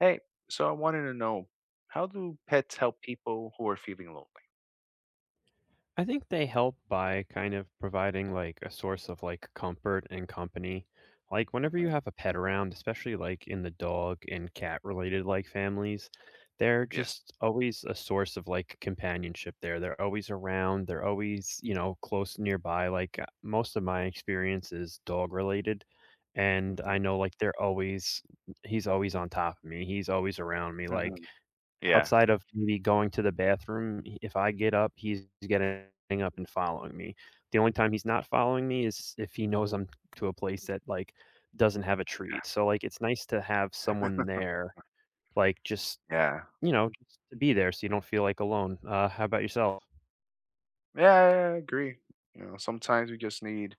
Hey, so I wanted to know, how do pets help people who are feeling lonely? I think they help by kind of providing like a source of like comfort and company. Like whenever you Hmm. have a pet around, especially like in the dog and cat related like families, they're Yes. just always a source of like companionship there. They're always around, they're always, you know, close nearby. Like most of my experience is dog related and I Hmm. know like they're always he's always on top of me. He's always around me. Hmm. Like Yeah. outside of maybe going to the bathroom, I if I get up, he's getting up and following me. The only time he's not following me is if he knows I'm to a place that, like, doesn't have a treat. So, like, it's nice to have someone there, like, just, Yeah. Yeah. you know, just to be there so you don't feel, like, alone. How about yourself? Yeah, I agree. You know, sometimes we just need,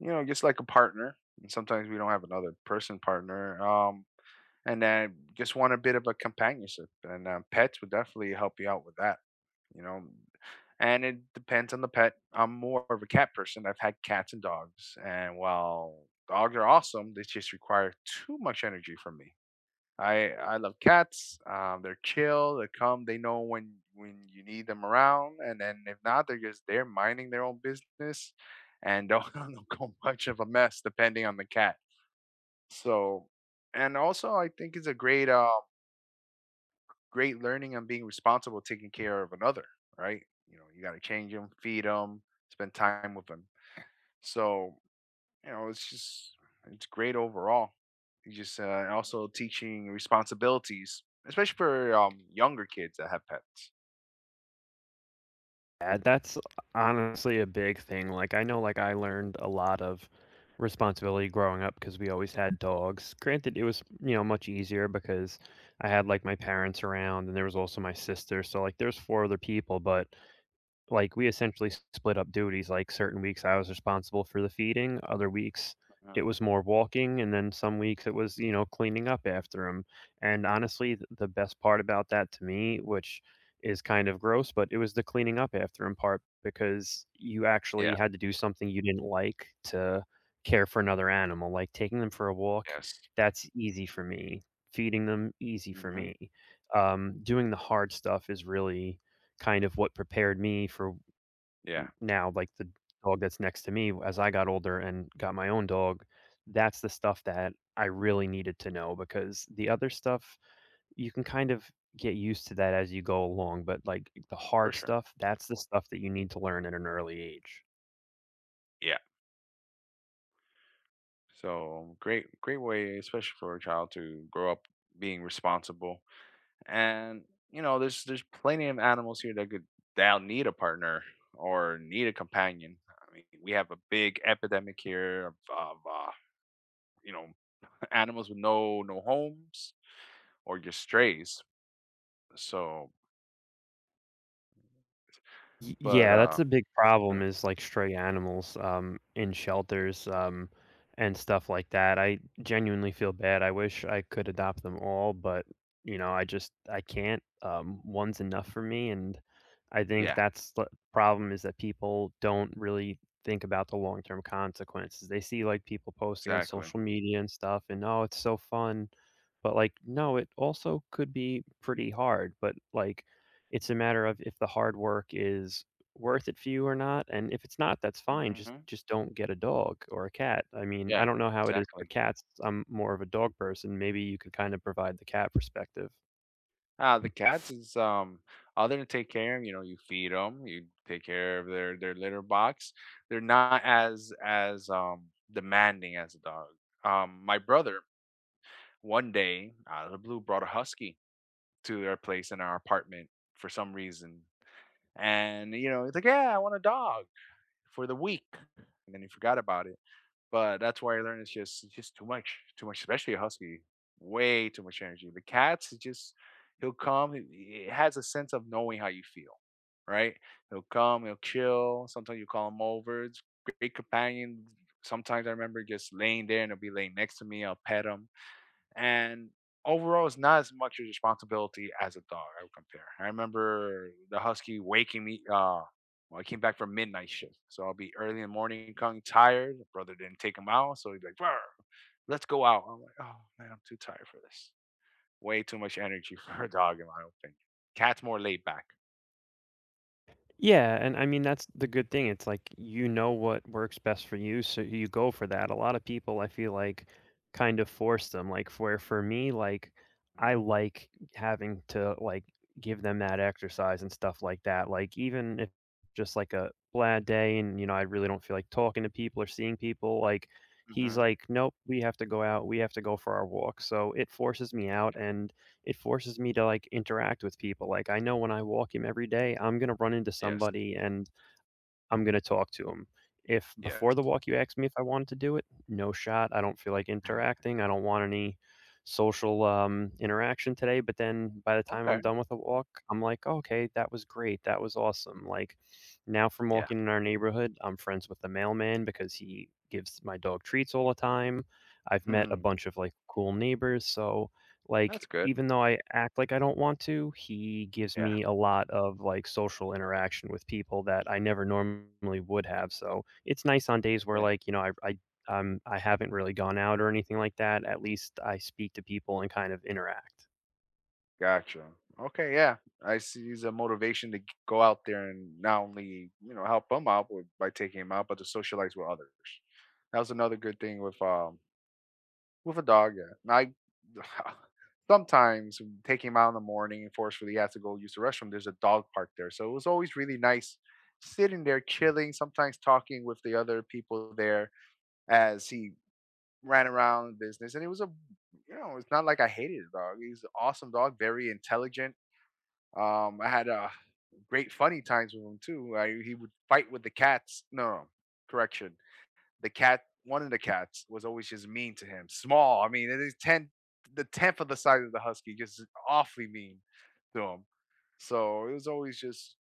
just like a partner, and sometimes we don't have another person partner. And then just want a bit of a companionship and pets would definitely help you out with that you know and it depends on the pet. I'm more of a cat person. I've had cats and dogs, and while dogs are awesome, they just require too much energy from me. I love cats. They're chill. They come. They know when you need them around, and then if not, they're just there minding their own business and don't, don't go much of a mess, depending on the cat. So, and also I think it's a great learning and being responsible, taking care of another, right? You know, you got to change them, feed them, spend time with them. So, it's just it's great overall. You just And also teaching responsibilities, especially for younger kids that have pets. Yeah, that's honestly a big thing. Like I know like I learned a lot of responsibility growing up because we always had dogs. Granted, it was, you know, much easier because I had like my parents around and there was also my sister. So like there's four other people, but like, we essentially split up duties, like, certain weeks I was responsible for the feeding, other weeks it Mhm. was more walking, and then some weeks it was, you know, cleaning up after him, and honestly, th the best part about that to me, which is kind of gross, but it was the cleaning up after him part because you Yeah, actually had to do something you didn't like to care for another animal, like, taking them for a walk, yes. that's easy for me, feeding them, easy for Mhm. me, doing the hard stuff is really kind of what prepared me for Yeah, now, like the dog that's next to me as I got older and got my own dog, that's the stuff that I really needed to know because the other stuff, you can kind of get used to that as you go along, but like the for hard sure. stuff, that's the stuff that you need to learn at an early age. Yeah. So, great way, especially for a child to grow up being responsible. And, there's plenty of animals here that could that'll need a partner or need a companion. I mean, we have a big epidemic here of, you know, animals with no homes or just strays. So, Y but yeah, that's a big problem is, like, stray animals, in shelters, and stuff like that. I genuinely feel bad. I wish I could adopt them all, but, you know, I just I can't. One's enough for me, and I think yeah, that's the problem is that people don't really think about the long-term consequences. They see, like, people posting on exactly. social media and stuff, and, "Oh, it's so fun." But, like, no, it also could be pretty hard, but, like it's a matter of if the hard work is worth it for you or not, and if it's not, that's fine, just Hmm. just don't get a dog or a cat. I mean, I Yeah, don't know how it is for exactly. cats, I'm more of a dog person, maybe you could kinda provide the cat perspective. The cats is, other than take care of, you know, you feed them, you take care of their litter box. They're not as demanding as a dog. My brother, one day, out of the blue, brought a husky to our place in our apartment for some reason. And, it's like, "Yeah, I want a dog for the week." And then he forgot about it. But that's why I learned it's just too much, especially a husky. Way too much energy. The cats, it just he'll come. It has a sense of knowing how you feel, right? He'll come, he'll chill. Sometimes you call him over. It's a great companion. Sometimes I remember just laying there, and he'll be laying next to me. I'll pet him, and overall, it's not as much a responsibility as a dog, I would compare. I remember the husky waking me. Well, I came back from midnight shift, so I'll be early in the morning, coming tired. Brother didn't take him out, so he'd be like, "Brr, let's go out." I'm like, "Oh man, I'm too tired for this. Way too much energy for a dog, in my opinion. Cat's more laid back." Yeah, and I mean that's the good thing. It's like you know what works best for you, so you go for that. A lot of people I feel like kind of force them. Like for me, like I Mhm. like having to like give them that exercise and stuff like that. Like even if just like a bad day and you know I really don't feel like talking to people or seeing people, like he's Mhm. like, "Nope, we have to go out, we have to go for our walk." So it forces me out and it forces me to, like, interact with people. Like, I know when I walk him every day, I'm gonna run into Yes. somebody and I'm gonna talk to him. If Yes. before the walk you asked me if I wanted to do it, no shot, I don't feel like interacting, I don't want any social, interaction today, but then by the time I'm Okay. done with the walk, I'm like, "Oh, okay, that was great, that was awesome," like, now from Yeah. walking in our neighborhood, I'm friends with the mailman because he gives my dog treats all the time. I've met a Mhm. bunch of, like, cool neighbors, so like, That's good. even though I act like I don't want to, he gives Yeah. me a lot of, like, social interaction with people that I never normally would have, so it's nice on days where, like, you know, I haven't really gone out or anything like that, at least I speak to people and kind of interact. Gotcha. Okay, yeah. I see, he's a motivation to go out there and not only, you know, help him out with, by taking him out, but to socialize with others. That was another good thing with, with a dog. Yeah. And I, sometimes when taking him out in the morning, and forcefully he has to go use the restroom. There's a dog park there. So it was always really nice sitting there chilling, sometimes talking with the other people there as he ran around business. And it was a, you know, it's not like I hated the dog. He's an awesome dog, very intelligent. I had, great funny times with him too. I, he would fight with the cats. No, no, correction. The cat, one of the cats, was always just mean to him. Small. I mean, it is ten, the tenth of the size of the husky, just awfully mean to him. So it was always just.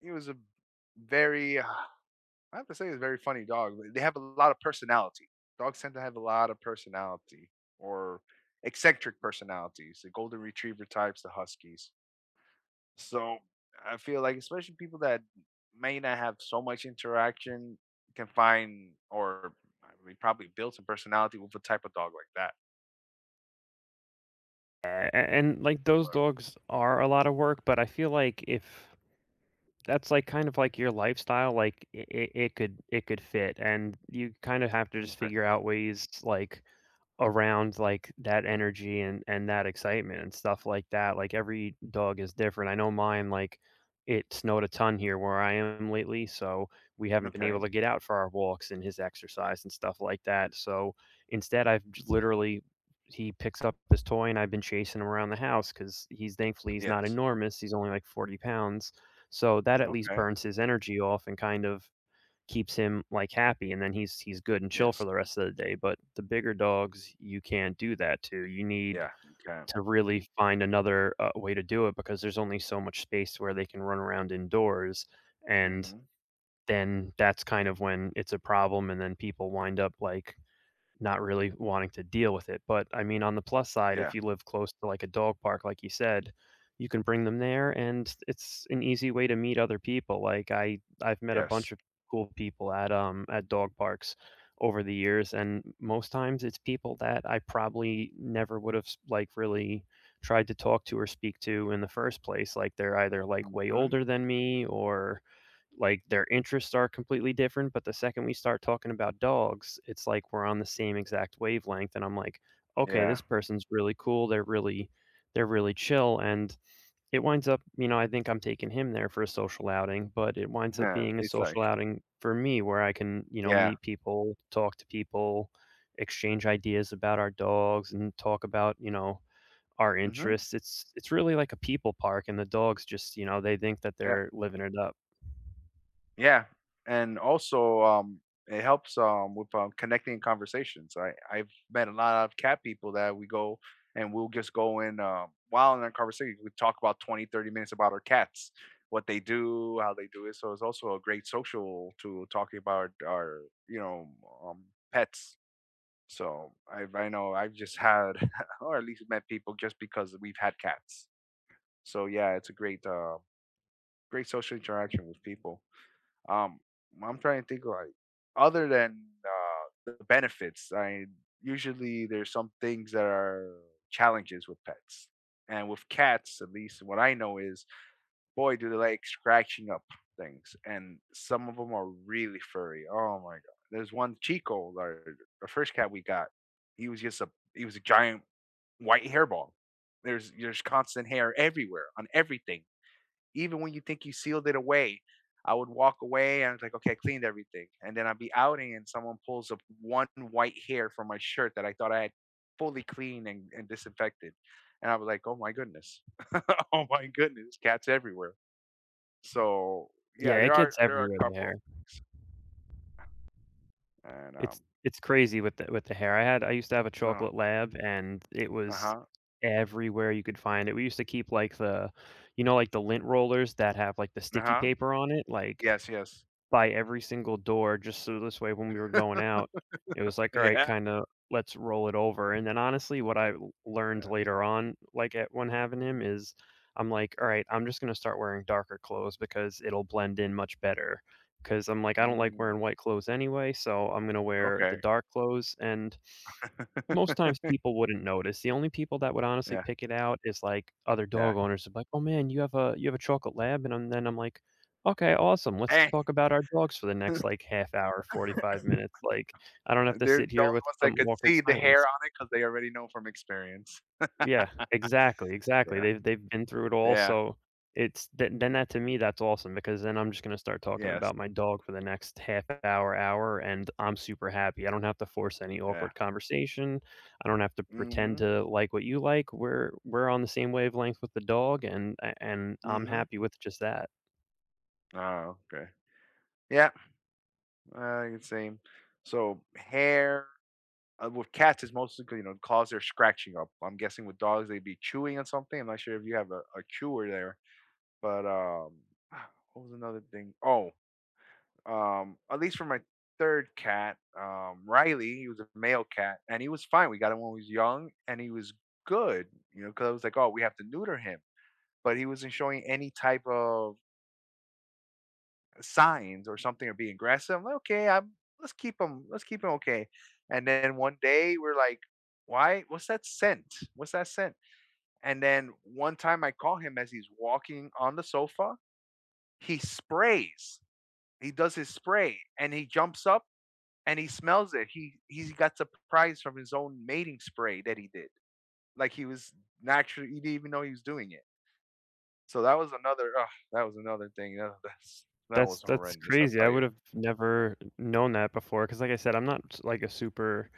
He was a very. I have to say, he's a very funny dog. They have a lot of personality. Dogs tend to have a lot of personality, or eccentric personalities. The golden retriever types, the huskies. So I feel like especially people that may not have so much interaction can find, or we probably build some personality with a type of dog like that. A And, like, those Right. dogs are a lot of work, but I feel like if that's, like, kind of like your lifestyle, like, it could it could fit, and you kind of have to just Okay. figure out ways, like, around, like, that energy and that excitement and stuff like that. Like, every dog is different. I know mine, like, it snowed a ton here where I am lately, so we haven't been able Okay. to get out for our walks and his exercise and stuff like that, so instead, I've j literally he picks up his toy, and I've been chasing him around the house because he's thankfully, he's not Yes. enormous, he's only, like, 40 pounds, so that at least Okay. burns his energy off and kind of keeps him, like, happy, and then he's good and chill for Yes. the rest of the day, but the bigger dogs, you can't do that to. You need Yeah. Okay. to really find another, way to do it because there's only so much space where they can run around indoors, and Mm-hmm. then that's kind of when it's a problem, and then people wind up, like, not really wanting to deal with it. But I mean, on the plus side, Yeah. if you live close to like a dog park, like you said, you can bring them there, and it's an easy way to meet other people. Like I've met a Yes. bunch of cool people at dog parks over the years, and most times it's people that I probably never would have like really tried to talk to or speak to in the first place. Like they're either like way Mm-hmm. older than me or like their interests are completely different, but the second we start talking about dogs, it's like we're on the same exact wavelength and I'm like, "Okay, Yeah. this person's really cool. They're really chill." And it winds up, you know, I think I'm taking him there for a social outing, but it winds up Huh. being a It's like, social outing for me where I can, you know, yeah. meet people, talk to people, exchange ideas about our dogs and talk about, you know, our Mm-hmm. interests. It's really like a people park and the dogs just, you know, they think that Yeah. they're living it up. Yeah, and also, it helps, with, connecting conversations. I've met a lot of cat people that we go and we'll just go in, while in our conversation, we talk about 20, 30 minutes about our cats, what they do, how they do it. So it's also a great social to talking about our, you know, um, pets. So I know I've just had, or at least met people just because we've had cats. So yeah, it's a great, great social interaction with people. Um, I'm trying to think like other than, the benefits. I usually there's some things that are challenges with pets, and with cats, at least what I know is, boy, do they like scratching up things, and some of them are really furry. Oh my god! There's one Chico, our the first cat we got. He was just a he was a giant white hairball. There's constant hair everywhere on everything, even when you think you sealed it away. I would walk away and I was like, okay, I cleaned everything. And then I'd be outing and someone pulls up one white hair from my shirt that I thought I had fully cleaned and disinfected. And I was like, oh my goodness. Oh my goodness. Cats everywhere. So yeah, Yeah, it there are gets there are everywhere a in the hair. couple. And It's it's crazy with the hair. I had I used to have a uh chocolate lab, and it was huh. everywhere you could find it. We used to keep, like, the you know, like, the lint rollers that have, like, the Uh sticky huh. paper on it? Like Yes, yes. by every single door just so this way when we were going out, it was like, "All right, Yeah. kinda let's roll it over," and then honestly, what I l learned Yeah. later on, like, at when having him is I'm like, "All right, I'm just gonna start wearing darker clothes because it'll blend in much better. Because 'cause I'm like, I don't like Mm, wearing white clothes anyway, so I'm gonna wear the okay. dark clothes," and most times people wouldn't notice. The only people that would honestly Yeah. pick it out is, like, other Yeah. dog owners are like, "Oh, man, you have a chocolate lab?" And I'm then I'm like, "Okay, awesome. Let's Eh. talk about our dogs for the next, like, half hour, 45 minutes." Like, I don't have to They're sit the here only with ones some that could awkward see the hair silence. on it because they already know from experience. Yeah, exactly. Yeah. They've been through it all, Yeah. so it's then that to me, that's awesome because then I'm just gonna start talking Yes. about my dog for the next half hour, hour, and I'm super happy. I don't have to force any Yeah. awkward conversation. I don't have to pretend Mhm. to like what you like. We're on the same wavelength with the dog, and a and I'm Mhm. happy with just that. Oh, okay. Yeah, I can see. So hair, with cats, is mostly 'cause, you know, 'cause they're scratching up. I'm guessing with dogs, they'd be chewing on something. I'm not sure if you have a chewer there, but, what was another thing? Oh, at least for my third cat, Riley, he was a male cat, and he was fine. We got him when he was young, and he was good, you know, because I was like, oh, we have to neuter him, but he wasn't showing any type of signs or something, or being aggressive. I'm like, okay, I'm let's keep him, let's keep him, okay. And then one day we're like, why? What's that scent? What's that scent? And then one time I call him as he's walking on the sofa, he sprays. He does his spray and he jumps up and he smells it. He got surprised from his own mating spray that he did. Like he was naturally, he didn't even know he was doing it. So that was another. Oh, that was another thing. That That's was that's horrendous, I'll crazy. I tell would you. have never known that before because, like I said, I'm not, like, a super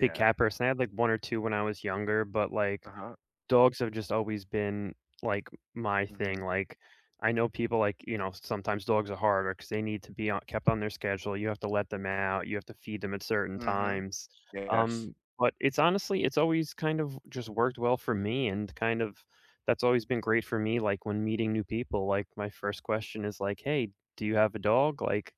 big cat person. I had, like, 1 or 2 when I was younger, but, like, Uh huh. dogs have just always been, like, my thing, Mhm. like, I know people, like, you know, sometimes dogs are harder because they need to be on kept on their schedule, you have to let them out, you have to feed them at certain Mhm. times, Yes. um, but it's honestly it's always kind of just worked well for me and kind of that's always been great for me, like, when meeting new people, like, my first question is like, "Hey, do you have a dog?" Like,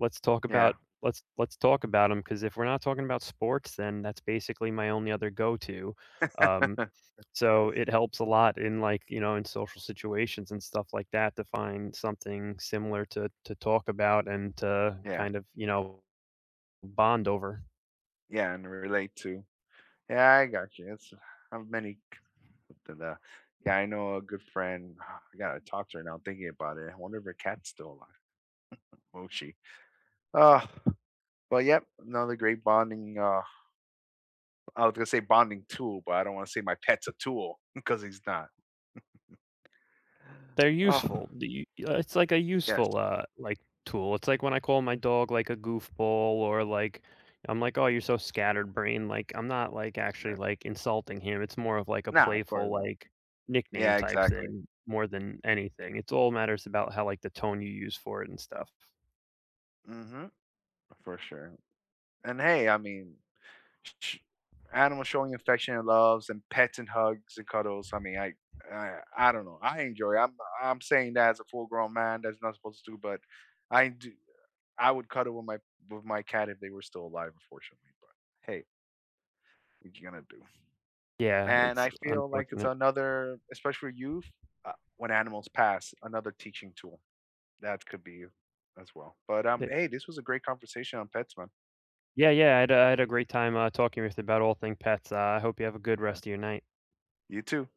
"Let's talk about Yeah. let's talk about them," because if we're not talking about sports, then that's basically my only other go-to, um so it helps a lot in like, you know, in social situations and stuff like that to find something similar to talk about and to Yeah. kind of, you know, bond over. Yeah. And relate to. Yeah, I got you. It's how many. The, the, yeah, I know a good friend. I gotta talk to her now. Thinking about it, I wonder if her cat's still alive. Mochi. Uh, but yep, another great bonding, I was gonna say bonding tool, but I don't want to say my pet's a tool because he's not. They're Oh, useful. The it's like a yes, useful like tool. It's like when I call my dog like a goofball or like I'm like, "Oh, you're so scattered brain." Like I'm not like actually yeah, like insulting him. It's more of like a nah, of playful course not. like nickname Yeah, type exactly. thing more than anything. It's all matters about how like the tone you use for it and stuff. Hmm. For sure. And hey, I mean, sh- animals showing affection and loves, and pets and hugs and cuddles. I mean, I don't know. I enjoy. I'm saying that as a full grown man that's not supposed to do, but I do. I would cuddle with my cat if they were still alive, unfortunately. But hey, what you gonna do? Yeah, And it's I feel like it's unfortunate. another, especially for youth, when animals pass, another teaching tool. That could be, as well. But, Th hey, this was a great conversation on pets, man. Yeah, yeah, I had a great time, talking with you about all thing pets. I hope you have a good Yeah. rest of your night. You too.